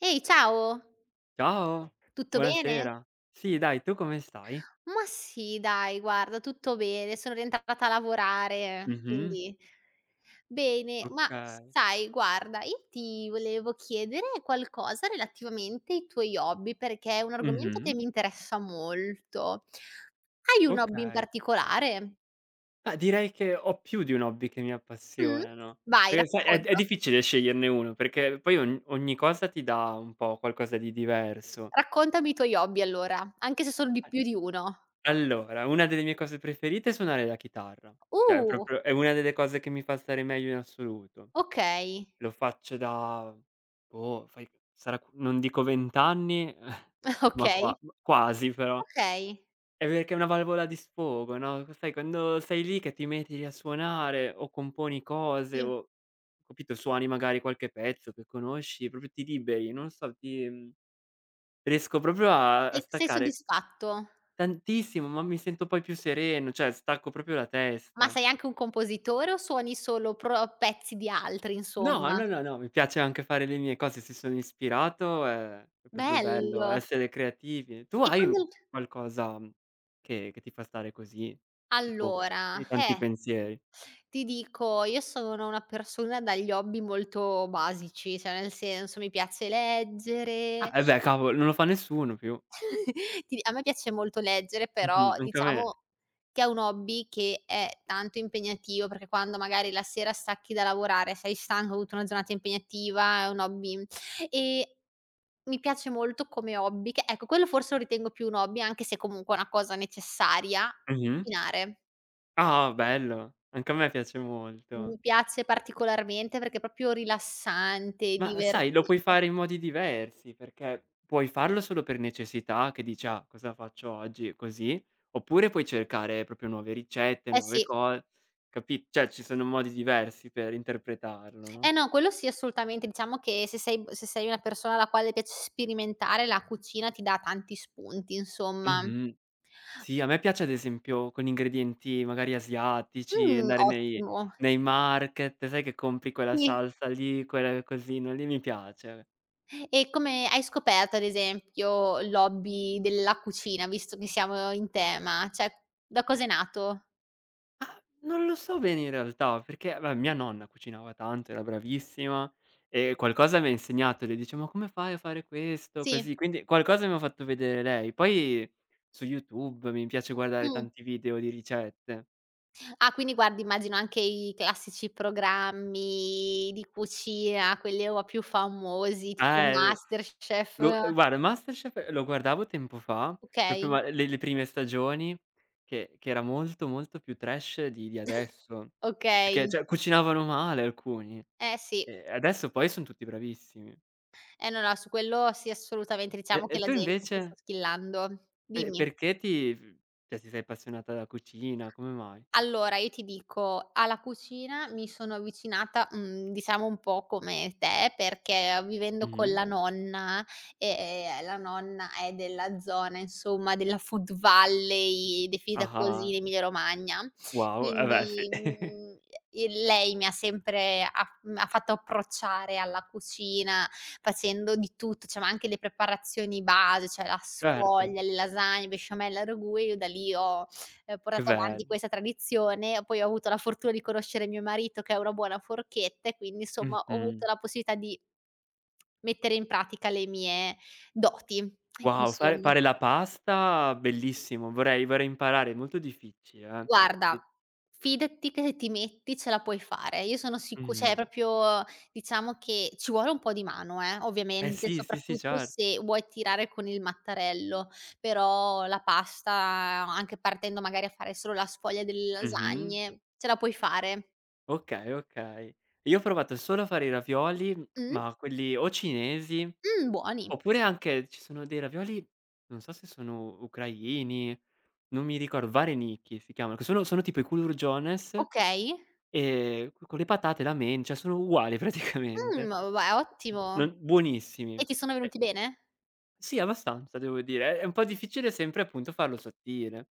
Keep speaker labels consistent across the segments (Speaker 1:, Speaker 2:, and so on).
Speaker 1: Ehi, ciao,
Speaker 2: Ciao,
Speaker 1: tutto bene?
Speaker 2: buonasera. Sì, dai, tu come stai?
Speaker 1: Ma sì, dai, guarda, tutto bene, sono rientrata a lavorare,
Speaker 2: Mh-mh.
Speaker 1: quindi bene. Ma
Speaker 2: Okay.
Speaker 1: sai, guarda, io ti volevo chiedere qualcosa relativamente ai tuoi hobby, perché è un argomento che
Speaker 2: Mh-mh.
Speaker 1: mi interessa molto. Hai un hobby in
Speaker 2: Okay.
Speaker 1: particolare?
Speaker 2: Ma direi che ho più di un hobby che mi
Speaker 1: Mh?
Speaker 2: appassionano,
Speaker 1: Vai,
Speaker 2: perché sai è
Speaker 1: racconta.
Speaker 2: difficile sceglierne uno, perché poi ogni cosa ti dà un po' qualcosa di diverso.
Speaker 1: Raccontami i tuoi hobby allora, anche se sono di più di uno.
Speaker 2: Allora, una delle mie cose preferite è suonare la chitarra, cioè è
Speaker 1: Uh,
Speaker 2: proprio, è una delle cose che mi fa stare meglio in assoluto.
Speaker 1: okay,
Speaker 2: Lo faccio da boh, fai sarà non dico 20 anni, ma
Speaker 1: okay,
Speaker 2: quasi però.
Speaker 1: okay.
Speaker 2: Perché è una valvola di sfogo, no, sai quando sei lì che ti metti lì a suonare o componi cose
Speaker 1: Sì.
Speaker 2: o capito, suoni magari qualche pezzo che conosci, proprio ti liberi, non so, riesco proprio a
Speaker 1: E
Speaker 2: a
Speaker 1: sei
Speaker 2: staccare
Speaker 1: soddisfatto?
Speaker 2: tantissimo, ma mi sento poi più sereno, cioè stacco proprio la
Speaker 1: Ma
Speaker 2: testa.
Speaker 1: sei anche un compositore o suoni solo pro pezzi di altri
Speaker 2: No,
Speaker 1: insomma?
Speaker 2: no, no, no, mi piace anche fare le mie cose, se sono ispirato è proprio bello
Speaker 1: Bello!
Speaker 2: essere creativi. Tu
Speaker 1: E
Speaker 2: hai u
Speaker 1: quando
Speaker 2: qualcosa, che ti fa stare così? Tipo,
Speaker 1: allora,
Speaker 2: hai tanti pensieri?
Speaker 1: ti dico io sono una persona dagli hobby molto basici, cioè nel senso mi piace
Speaker 2: Ah,
Speaker 1: leggere.
Speaker 2: e beh cavolo, non lo fa nessuno più.
Speaker 1: ti A me piace molto leggere, però
Speaker 2: Mh-mh, anche a me.
Speaker 1: diciamo che è un hobby che è tanto impegnativo, perché quando magari la sera stacchi da lavorare, sei stanco, hai avuto una giornata impegnativa, è un hobby, ehm Mi piace molto come hobby che ecco, quello forse lo ritengo più un hobby, anche se comunque è una cosa necessaria,
Speaker 2: Mh-mh.
Speaker 1: cucinare.
Speaker 2: Ah, bello. Anche a me piace molto.
Speaker 1: Mi piace particolarmente perché è proprio rilassante,
Speaker 2: Ma sai, lo puoi
Speaker 1: divertente.
Speaker 2: fare in modi diversi, perché puoi farlo solo per necessità, che dici: "Ah, cosa faccio oggi?" Così, oppure puoi cercare proprio nuove ricette,
Speaker 1: Eh
Speaker 2: nuove
Speaker 1: sì.
Speaker 2: co capi cioè ci sono modi diversi per interpretarlo,
Speaker 1: Eh
Speaker 2: no?
Speaker 1: no, quello sì assolutamente. Diciamo che se sei una persona alla quale piace sperimentare, la cucina ti dà tanti spunti, insomma.
Speaker 2: Mh-mh. Sì, a me piace ad esempio con ingredienti magari asiatici, andare nei
Speaker 1: Ottimo.
Speaker 2: nei market, sai che compri quella
Speaker 1: Sì.
Speaker 2: salsa lì, quel cosino lì, mi piace.
Speaker 1: E come hai scoperto, ad esempio, l'hobby della cucina, visto che siamo in tema? Cioè, da cos'è nato?
Speaker 2: Non lo so bene in realtà, perché beh, mia nonna cucinava tanto, era bravissima e qualcosa mi ha insegnato, le dice: "Ma come fai a fare questo?"
Speaker 1: Sì,
Speaker 2: Così, quindi qualcosa mi ha fatto vedere lei. Poi su YouTube mi piace guardare
Speaker 1: mh.
Speaker 2: tanti video di ricette.
Speaker 1: Ah, quindi guardi immagino anche i classici programmi di cucina, quelli un po' più famosi, tipo
Speaker 2: Eh.
Speaker 1: MasterChef.
Speaker 2: Lo uhm, guarda, Masterchef lo guardavo tempo fa, proprio
Speaker 1: Okay,
Speaker 2: ma le prime stagioni che era molto, molto più trash di adesso, perché
Speaker 1: okay.
Speaker 2: cioè cucinavano male alcuni,
Speaker 1: Eh sì.
Speaker 2: e adesso poi son tutti bravissimi.
Speaker 1: Eh no, no, su quello sì, assolutamente,
Speaker 2: E
Speaker 1: diciamo
Speaker 2: e
Speaker 1: che la
Speaker 2: tu
Speaker 1: gente
Speaker 2: invece,
Speaker 1: si sta schillando.
Speaker 2: pe
Speaker 1: Dimmi.
Speaker 2: perché ti f cioè ti sei appassionata alla cucina, come mai?
Speaker 1: Allora, io ti dico, alla cucina mi sono avvicinata, diciamo un po' come te, perché vivendo con
Speaker 2: Mh-mh.
Speaker 1: la nonna è della zona, insomma, della Food Valley, definita così in
Speaker 2: Ah-ah.
Speaker 1: Emilia Romagna,
Speaker 2: Wow, eh beh sì.
Speaker 1: quindi, e lei mi ha sempre ha fatto approcciare alla cucina facendo di tutto, cioè ma anche le preparazioni base, cioè la
Speaker 2: Certo,
Speaker 1: sfoglia, le lasagne, besciamella, ragù e io da lì ho
Speaker 2: che
Speaker 1: portato avanti
Speaker 2: bello.
Speaker 1: questa tradizione, poi ho avuto la fortuna di conoscere mio marito che è una buona forchetta e quindi insomma ho
Speaker 2: Mh-mh.
Speaker 1: avuto la possibilità di mettere in pratica le mie doti,
Speaker 2: Wow, fare
Speaker 1: insomma.
Speaker 2: fare la pasta bellissimo, vorrei imparare, è molto difficile,
Speaker 1: Guarda,
Speaker 2: eh.
Speaker 1: fidati che se ti metti ce la puoi fare. Io sono sicu cioè
Speaker 2: Mh.
Speaker 1: proprio diciamo che ci vuole un po' di mano
Speaker 2: Eh
Speaker 1: ovviamente,
Speaker 2: sì, sì, sì,
Speaker 1: soprattutto
Speaker 2: cert
Speaker 1: se vuoi tirare con il mattarello, però la pasta, anche partendo magari a fare solo la sfoglia delle
Speaker 2: mh-mh.
Speaker 1: lasagne, ce la puoi fare.
Speaker 2: Okay, okay. Io ho provato solo a fare i ravioli,
Speaker 1: Mh?
Speaker 2: ma quelli o cinesi,
Speaker 1: Buoni.
Speaker 2: oppure anche ci sono dei ravioli, non so se sono ucraini, non mi ricor vareniki si chiamano, che sono tipo i culurgiones,
Speaker 1: Okay.
Speaker 2: co con le patate, la mencia, sono uguali praticamente.
Speaker 1: Ma va ottimo.
Speaker 2: Non buonissimi.
Speaker 1: E ti sono
Speaker 2: Eh,
Speaker 1: venuti bene?
Speaker 2: sì, abbastanza devo dire. È un po' difficile sempre appunto farlo sottile.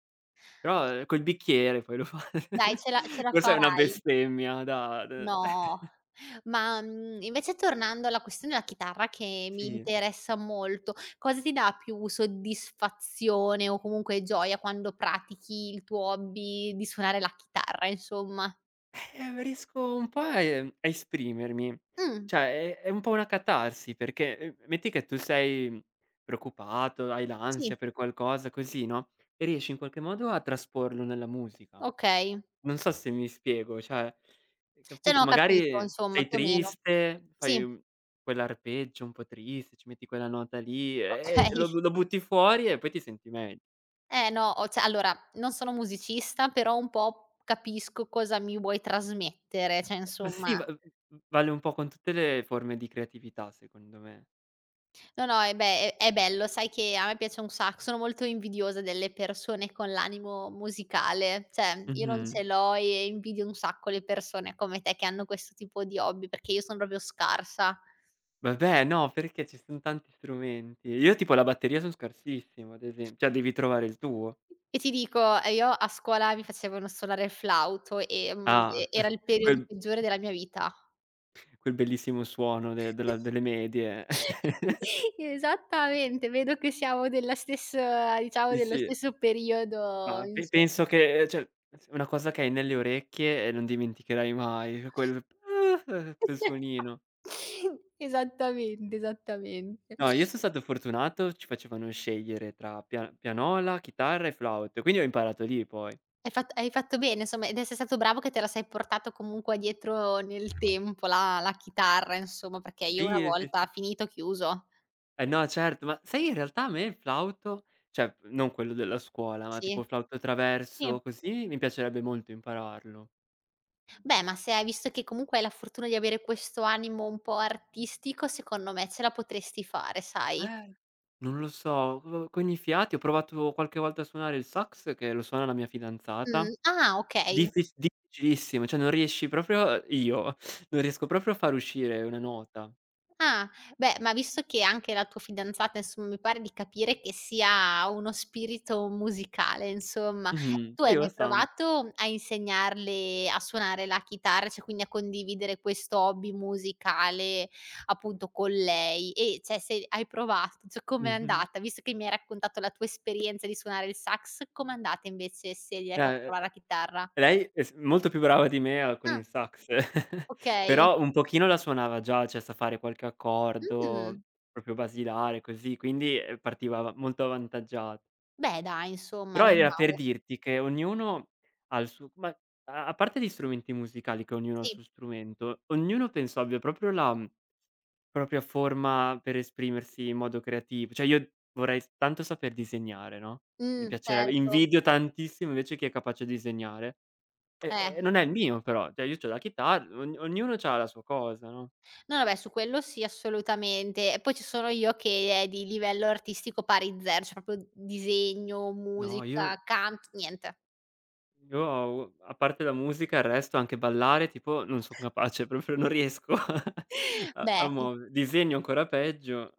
Speaker 2: Però, col bicchiere poi lo fa.
Speaker 1: Dai, ce la
Speaker 2: Questa è una
Speaker 1: farai.
Speaker 2: bestemmia da d
Speaker 1: No. Ma, invece tornando alla questione della chitarra che mi
Speaker 2: sì.
Speaker 1: interessa molto, cosa ti dà più soddisfazione o comunque gioia quando pratichi il tuo hobby di suonare la chitarra insomma?
Speaker 2: Riesco un po' a esprimermi.
Speaker 1: Mh,
Speaker 2: Cioè, è un po' una catarsi, perché, metti che tu sei preoccupato, hai
Speaker 1: sì,
Speaker 2: l'ansia per qualcosa così, no, e riesci in qualche modo a trasporlo nella musica.
Speaker 1: okay.
Speaker 2: Non so se mi spiego, cioè,
Speaker 1: Cioè
Speaker 2: capi
Speaker 1: no, ho capito
Speaker 2: magari
Speaker 1: insomma,
Speaker 2: sei
Speaker 1: più o meno.
Speaker 2: triste,
Speaker 1: Sì,
Speaker 2: fai, quell'arpeggio un po' triste, ci metti quella nota lì, e
Speaker 1: okay.
Speaker 2: lo butti fuori e poi ti senti meglio.
Speaker 1: Eh no, o cioè allora, non sono musicista, però un po' capisco cosa mi vuoi trasmettere, cioè
Speaker 2: Ma
Speaker 1: insomma
Speaker 2: sì, va v vale un po' con tutte le forme di creatività secondo me.
Speaker 1: no, no, eh beh, è bello, sai che a me piace un sac sono molto invidiosa delle persone con l'animo musicale, cioè io non
Speaker 2: Mh-mh.
Speaker 1: ce l'ho e invidio un sacco le persone come te che hanno questo tipo di hobby, perché io sono proprio scarsa.
Speaker 2: Vabbè no, perché ci son tanti strumenti. Io tipo la batteria son scarsissimo, ad esem cioè devi trovare il tuo.
Speaker 1: E ti dico, io a scuola mi facevano suonare il flauto e, mhmm,
Speaker 2: Ah,
Speaker 1: e era il periodo
Speaker 2: quel
Speaker 1: peggiore della mia vita.
Speaker 2: quel bellissimo suono de della delle medie.
Speaker 1: Esattamente, vedo che siamo della stessa diciamo
Speaker 2: Sì,
Speaker 1: dello
Speaker 2: sì.
Speaker 1: stesso periodo
Speaker 2: Ma pe
Speaker 1: inso
Speaker 2: penso che, cioè, una cosa che hai nelle orecchie e non dimenticherai mai, cioè, quel "ah", quel suonino.
Speaker 1: Esattamente, esattamente.
Speaker 2: No, io son stato fortunato, ci facevano scegliere tra pianola, chitarra e flauto, quindi ho imparato lì poi.
Speaker 1: Hai fatto bene insomma ed sei stato bravo che te la sei portato comunque dietro nel tempo la chitarra insomma, perché io una
Speaker 2: Sì, sì,
Speaker 1: volta
Speaker 2: sì.
Speaker 1: finito, chiuso.
Speaker 2: Eh no, certo, ma sai in realtà a me il flauto, cioè non quello della scuola, ma
Speaker 1: Sì,
Speaker 2: tipo flauto
Speaker 1: sì.
Speaker 2: traverso, così, mi piacerebbe molto impararlo.
Speaker 1: Beh, ma se hai visto che comunque hai la fortuna di avere questo animo un po' artistico, secondo me ce la potresti fare, sai?
Speaker 2: Eh, non lo so, co con i fiati, ho provato qualche volta a suonare il sax che lo suona la mia fidanzata.
Speaker 1: Ah okay.
Speaker 2: Difficilissimo, cioè non riesci proprio, io non riesco proprio a far uscire una nota.
Speaker 1: Ah, beh, ma visto che anche la tua fidanzata, insomma, mi pare di capire che sia uno spirito musicale, insomma,
Speaker 2: Mh-mh.
Speaker 1: tu
Speaker 2: Sì,
Speaker 1: hai mai
Speaker 2: bastan
Speaker 1: provato a insegnarle a suonare la chitarra, cioè quindi a condividere questo hobby musicale appunto con lei? E cioè se hai provato, cioè com'è
Speaker 2: mh-mh.
Speaker 1: andata? Visto che mi hai raccontato la tua esperienza di suonare il sax, com'è andata invece se gli hai fatto
Speaker 2: Eh,
Speaker 1: provare la chitarra?
Speaker 2: lei è s molto più brava di me a con
Speaker 1: Ah,
Speaker 2: il sax,
Speaker 1: okay.
Speaker 2: però un pochino la suonava già, cioè sa fare qualche accordo
Speaker 1: Mh,
Speaker 2: proprio basilare così, quindi, partiva ava molto avvantaggia.
Speaker 1: beh dai insomma,
Speaker 2: Però
Speaker 1: non
Speaker 2: era per
Speaker 1: male.
Speaker 2: dirti che ognuno ha il suo, ma a parte gli strumenti musicali, che ognuno ha il
Speaker 1: Sì,
Speaker 2: suo strumento, ognuno penso abbia proprio la, propria forma per esprimersi in modo creativo. Cioè io vorrei s tanto saper disegnare, no, mi piacerebbe,
Speaker 1: certo.
Speaker 2: invidio tantissimo invece chi è capace a disegnare. E
Speaker 1: Eh.
Speaker 2: e non è il mio però, cioè io c'ho la chitarra, ognuno c'ha la sua cosa, no.
Speaker 1: No, vabbè su quello sì, assolutamente. E poi ci sono io che è di livello artistico pari zero, cioè proprio disegno,
Speaker 2: No, io
Speaker 1: musica, canto, niente.
Speaker 2: Io ho a parte la musica, il resto, anche ballare, tipo, non son capace, proprio non riesco a a
Speaker 1: Beh
Speaker 2: muove disegno ancora peggio.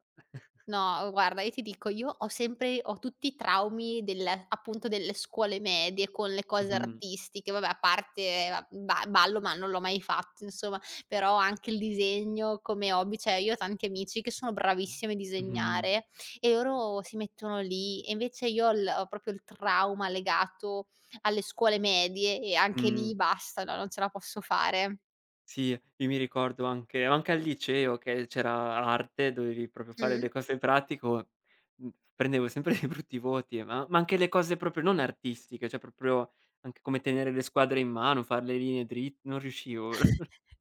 Speaker 1: no, guarda, io ti dico, io ho tutti i traumi del appunto, delle scuole medie con le cose
Speaker 2: Mh-mh,
Speaker 1: artistiche, vabbè a parte va ba ballo, ma non l'ho mai fatto insomma, però anche il disegno come hobby, cioè io ho tanti amici che sono bravissimi a
Speaker 2: mh-mh,
Speaker 1: disegnare e loro si mettono lì e invece io ho proprio il trauma legato alle scuole medie e anche lì
Speaker 2: mh.
Speaker 1: basta, no, non ce la posso fare.
Speaker 2: Sì, io mi ricordo anche al liceo che c'era arte, dovevi proprio fare
Speaker 1: Mh.
Speaker 2: le cose pratico, mh, prendevo sempre dei brutti voti, ma anche le cose proprio non artistiche, cioè proprio anche come tenere le squadre in mano, far le linee drit non riuscivo.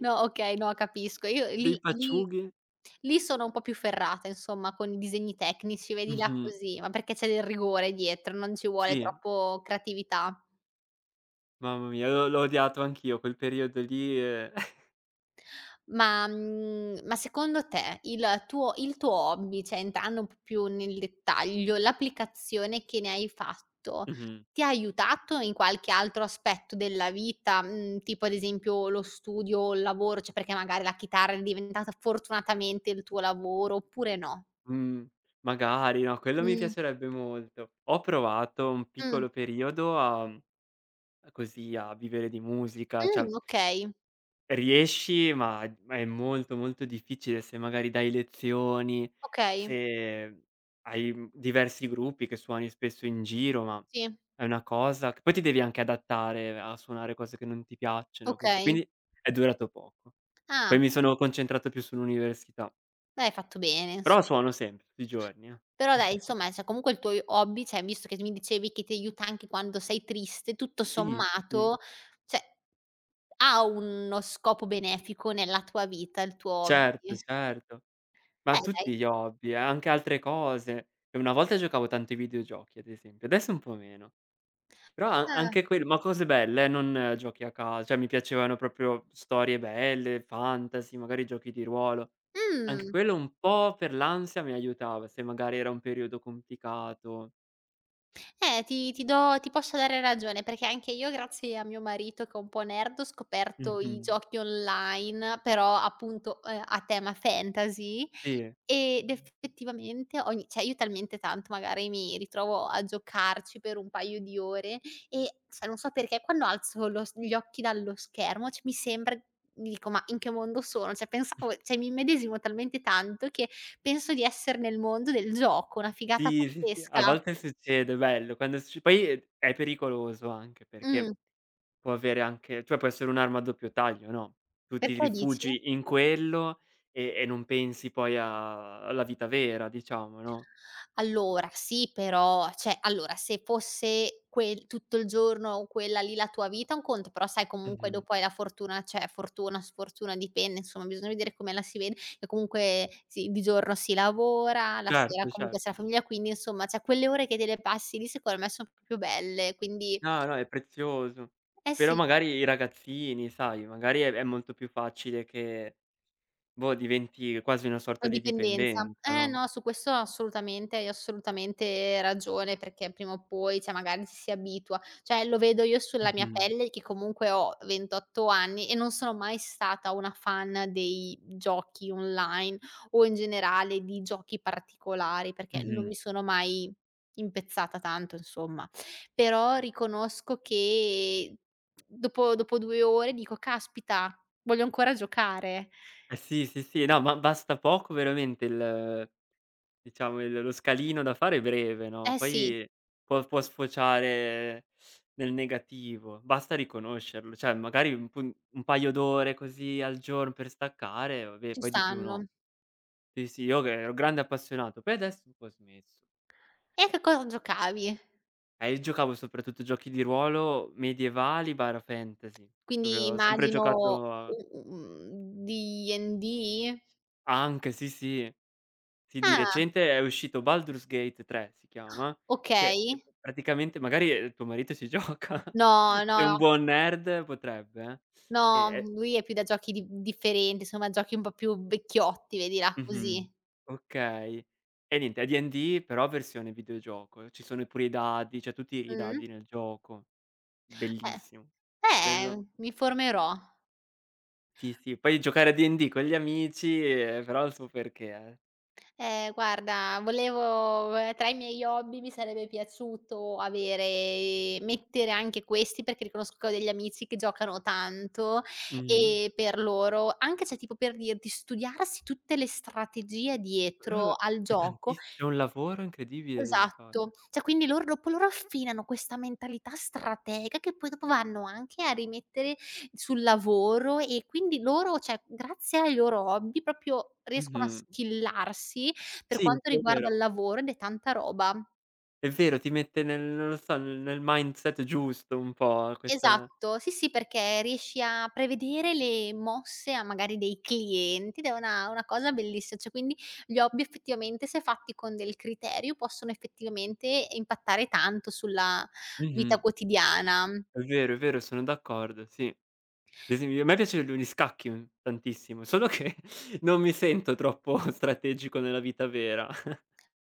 Speaker 1: No, okay, no, capisco. Io
Speaker 2: Dei
Speaker 1: lì lì
Speaker 2: paciughi.
Speaker 1: lì sono un po' più ferrata insomma con i disegni tecnici, vedi là
Speaker 2: Mh-mh,
Speaker 1: così, ma perché c'è del rigore dietro, non ci vuole
Speaker 2: sì.
Speaker 1: troppo creatività.
Speaker 2: Mamma mia, l'ho odiato anch'io quel periodo lì,
Speaker 1: Ma secondo te il tuo hobby, cioè entrando un po' più nel dettaglio, l'applicazione che ne hai fatto
Speaker 2: mh-mh,
Speaker 1: ti ha aiutato in qualche altro aspetto della vita, tipo ad esempio lo studio o il lavoro, cioè perché magari la chitarra è diventata fortunatamente il tuo lavoro oppure no?
Speaker 2: mhmm, magari, no, quello mi
Speaker 1: Mh.
Speaker 2: piacerebbe molto. Ho provato un
Speaker 1: Mh.
Speaker 2: piccolo periodo a, così, a vivere di musica, cioè
Speaker 1: Okay,
Speaker 2: riesci, ma è molto, molto difficile se magari dai lezioni,
Speaker 1: okay,
Speaker 2: se hai, diversi gruppi che suoni spesso in giro, ma
Speaker 1: sì,
Speaker 2: è una cosa che poi ti devi anche adattare a suonare cose che non ti piacciono, così.
Speaker 1: okay.
Speaker 2: Quindi è durato poco.
Speaker 1: Ah,
Speaker 2: Poi mi sono concentrato più sull'università,
Speaker 1: beh hai fatto bene
Speaker 2: però
Speaker 1: insomma.
Speaker 2: suono sempre, tutti i giorni, eh.
Speaker 1: Però dai, insomma, cioè comunque il tuo i hobby, cioè visto che mi dicevi che ti aiuta anche quando sei triste, tutto
Speaker 2: Sì, sì, sì.
Speaker 1: sommato, cioè ha uno scopo benefico nella tua vita il tuo hobby.
Speaker 2: Certo, certo. Ma
Speaker 1: Dai.
Speaker 2: tutti gli hobby, anche altre cose. E una volta giocavo tanto ai videogiochi, ad esempio, adesso un po' meno. Però a
Speaker 1: Ah.
Speaker 2: anche quel ma cose belle, non giochi a ca cioè mi piacevano proprio storie belle, fantasy, magari giochi di ruolo. Anche
Speaker 1: Mh.
Speaker 2: quello un po' per l'ansia mi aiutava, se magari era un periodo complicato.
Speaker 1: Ti posso dare ragione, perché anche io grazie a mio marito che è un po' nerd ho scoperto i
Speaker 2: Mh-mh.
Speaker 1: giochi online, però appunto, a tema fantasy.
Speaker 2: Sì.
Speaker 1: Ed effettivamente ogni cioè io talmente tanto magari mi ritrovo a giocarci per un paio di ore e cioè non so perché quando alzo lo s gli occhi dallo schermo, cioè mi sembra mi dico: "Ma in che mondo sono?" Cioè pensavo cioè mi immedesimo talmente tanto che penso di essere nel mondo del gioco, una figata
Speaker 2: Sì, sì, sì,
Speaker 1: pazzesca.
Speaker 2: a volte succede, bello, quando succ poi è pericoloso, anche
Speaker 1: Mh,
Speaker 2: perché può avere anche, cioè, può essere un'arma a doppio taglio, no, tu ti
Speaker 1: perché dici?
Speaker 2: rifugi in quello e non pensi poi a alla vita vera, diciamo, no.
Speaker 1: Allora sì, però cioè allora se fosse quel tutto il giorno quella lì la tua vita, un conto, però sai comunque
Speaker 2: Mh-mh.
Speaker 1: dopo hai la fortuna cioè fortuna, sfortuna, dipende, insomma bisogna vedere come la si vede, che comunque sì, di giorno si lavora, la sera
Speaker 2: Certo,
Speaker 1: comunque c'è
Speaker 2: certo.
Speaker 1: la famiglia, quindi insomma, cioè quelle ore che te le passi lì secondo me son proprio belle, quindi
Speaker 2: No, no, è prezioso.
Speaker 1: eh
Speaker 2: Però
Speaker 1: sì.
Speaker 2: magari i ragazzini, sai, magari è molto più facile che, boh, diventi quasi una
Speaker 1: La
Speaker 2: sorta di
Speaker 1: dipendenza.
Speaker 2: dipendenza,
Speaker 1: Eh
Speaker 2: no.
Speaker 1: no, su questo assolutamente hai assolutamente ragione, perché prima o poi, cioè magari ci si abitua. Cioè lo vedo io sulla mia
Speaker 2: Mh-mh.
Speaker 1: pelle che comunque ho 28 anni e non sono mai stata una fan dei giochi online o in generale di giochi particolari, perché non
Speaker 2: Mh-mh.
Speaker 1: mi sono mai impezzata tanto insomma. Però riconosco che dopo 2 ore dico: "Caspita, voglio ancora giocare."
Speaker 2: Eh sì, sì, sì, no, ma basta poco veramente il Diciamo, il lo scalino da fare è breve, no,
Speaker 1: Eh sì,
Speaker 2: poi può sfociare nel negativo, basta riconoscerlo, cioè magari un pun un paio d'ore così al giorno per staccare, vabbè,
Speaker 1: ci
Speaker 2: poi di più
Speaker 1: stanno.
Speaker 2: no. Sì, sì, io che ero grande appassionato, poi adesso un po' smesso.
Speaker 1: E a che cosa giocavi?
Speaker 2: Io giocavo soprattutto giochi di ruolo medievali/fantasy,
Speaker 1: Quindi
Speaker 2: proprio ho sempre
Speaker 1: immagino
Speaker 2: giocato,
Speaker 1: D&D?
Speaker 2: anche, sì, sì. Sì, di
Speaker 1: Ah,
Speaker 2: recente è uscito Baldur's Gate 3 si chiama, che,
Speaker 1: okay.
Speaker 2: praticamente magari, tuo marito ci gioca,
Speaker 1: No,
Speaker 2: se è
Speaker 1: no, no.
Speaker 2: un buon nerd potrebbe, eh. E
Speaker 1: No,
Speaker 2: e
Speaker 1: lui è più da giochi di differenti, insomma giochi un po' più vecchiotti, vedila così.
Speaker 2: mh-mh, okay. E niente, è D&D però versione videogioco, ci sono pure i dadi, c'è tutti i
Speaker 1: Mh.
Speaker 2: dadi nel gioco,
Speaker 1: Eh,
Speaker 2: bellissimo. Quello
Speaker 1: mi informerò.
Speaker 2: sì, sì, poi giocare a D&D con gli amici, però ha il suo perché, eh.
Speaker 1: Guarda, volevo tra i miei hobby mi sarebbe piaciuto avere mettere anche questi, perché riconosco che ho degli amici che giocano tanto
Speaker 2: Mh-mh.
Speaker 1: e per loro anche se tipo per dirti studiarsi tutte le strategie
Speaker 2: Uh,
Speaker 1: dietro al
Speaker 2: è
Speaker 1: gioco.
Speaker 2: tantiss c'è un lavoro incredibile devi fa
Speaker 1: Esatto. Cioè quindi loro dopo lo raffinano questa mentalità stratega che poi dopo vanno anche a rimettere sul lavoro e quindi loro cioè grazie ai loro hobby proprio riescono a
Speaker 2: mh-mh.
Speaker 1: skillarsi per
Speaker 2: Sì,
Speaker 1: quanto
Speaker 2: sì è
Speaker 1: riguarda
Speaker 2: vero.
Speaker 1: il lavoro ed è tanta roba.
Speaker 2: È vero, ti mette nel, non lo so, nel mindset giusto, un po' questa.
Speaker 1: Esatto, sì, sì, perché riesci a prevedere le mosse a magari dei clienti ed è una cosa bellissi cioè quindi gli hobby effettivamente se fatti con del criterio possono effettivamente impattare tanto sulla vita
Speaker 2: Mh-mh.
Speaker 1: quotidiana.
Speaker 2: È vero, sono d'accordo, sì. Ad esempio a me piace lo gli scacchi un tantissimo, solo che non mi sento troppo strategico nella vita vera.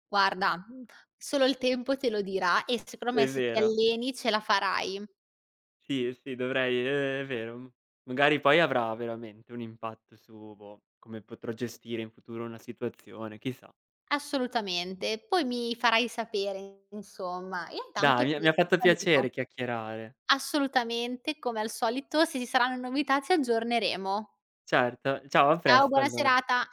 Speaker 1: Guarda, solo il tempo te lo dirà e secondo me
Speaker 2: È
Speaker 1: se ti
Speaker 2: vero.
Speaker 1: alleni ce la farai.
Speaker 2: Sì, sì, dovrei, è vero. M magari poi avrà veramente un impatto su, boh, come potrò gestire in futuro una situazione, chissà.
Speaker 1: Assolutamente. Poi mi farai sapere insomma. Io
Speaker 2: Dai,
Speaker 1: intanto
Speaker 2: mi
Speaker 1: ti
Speaker 2: ha mi ha fatto piacere
Speaker 1: saluto.
Speaker 2: chiacchierare.
Speaker 1: Assolutamente, come al solito se ci saranno novità ci aggiorneremo.
Speaker 2: Certo, ciao, a
Speaker 1: Ciao,
Speaker 2: presto
Speaker 1: buona
Speaker 2: allora.
Speaker 1: serata.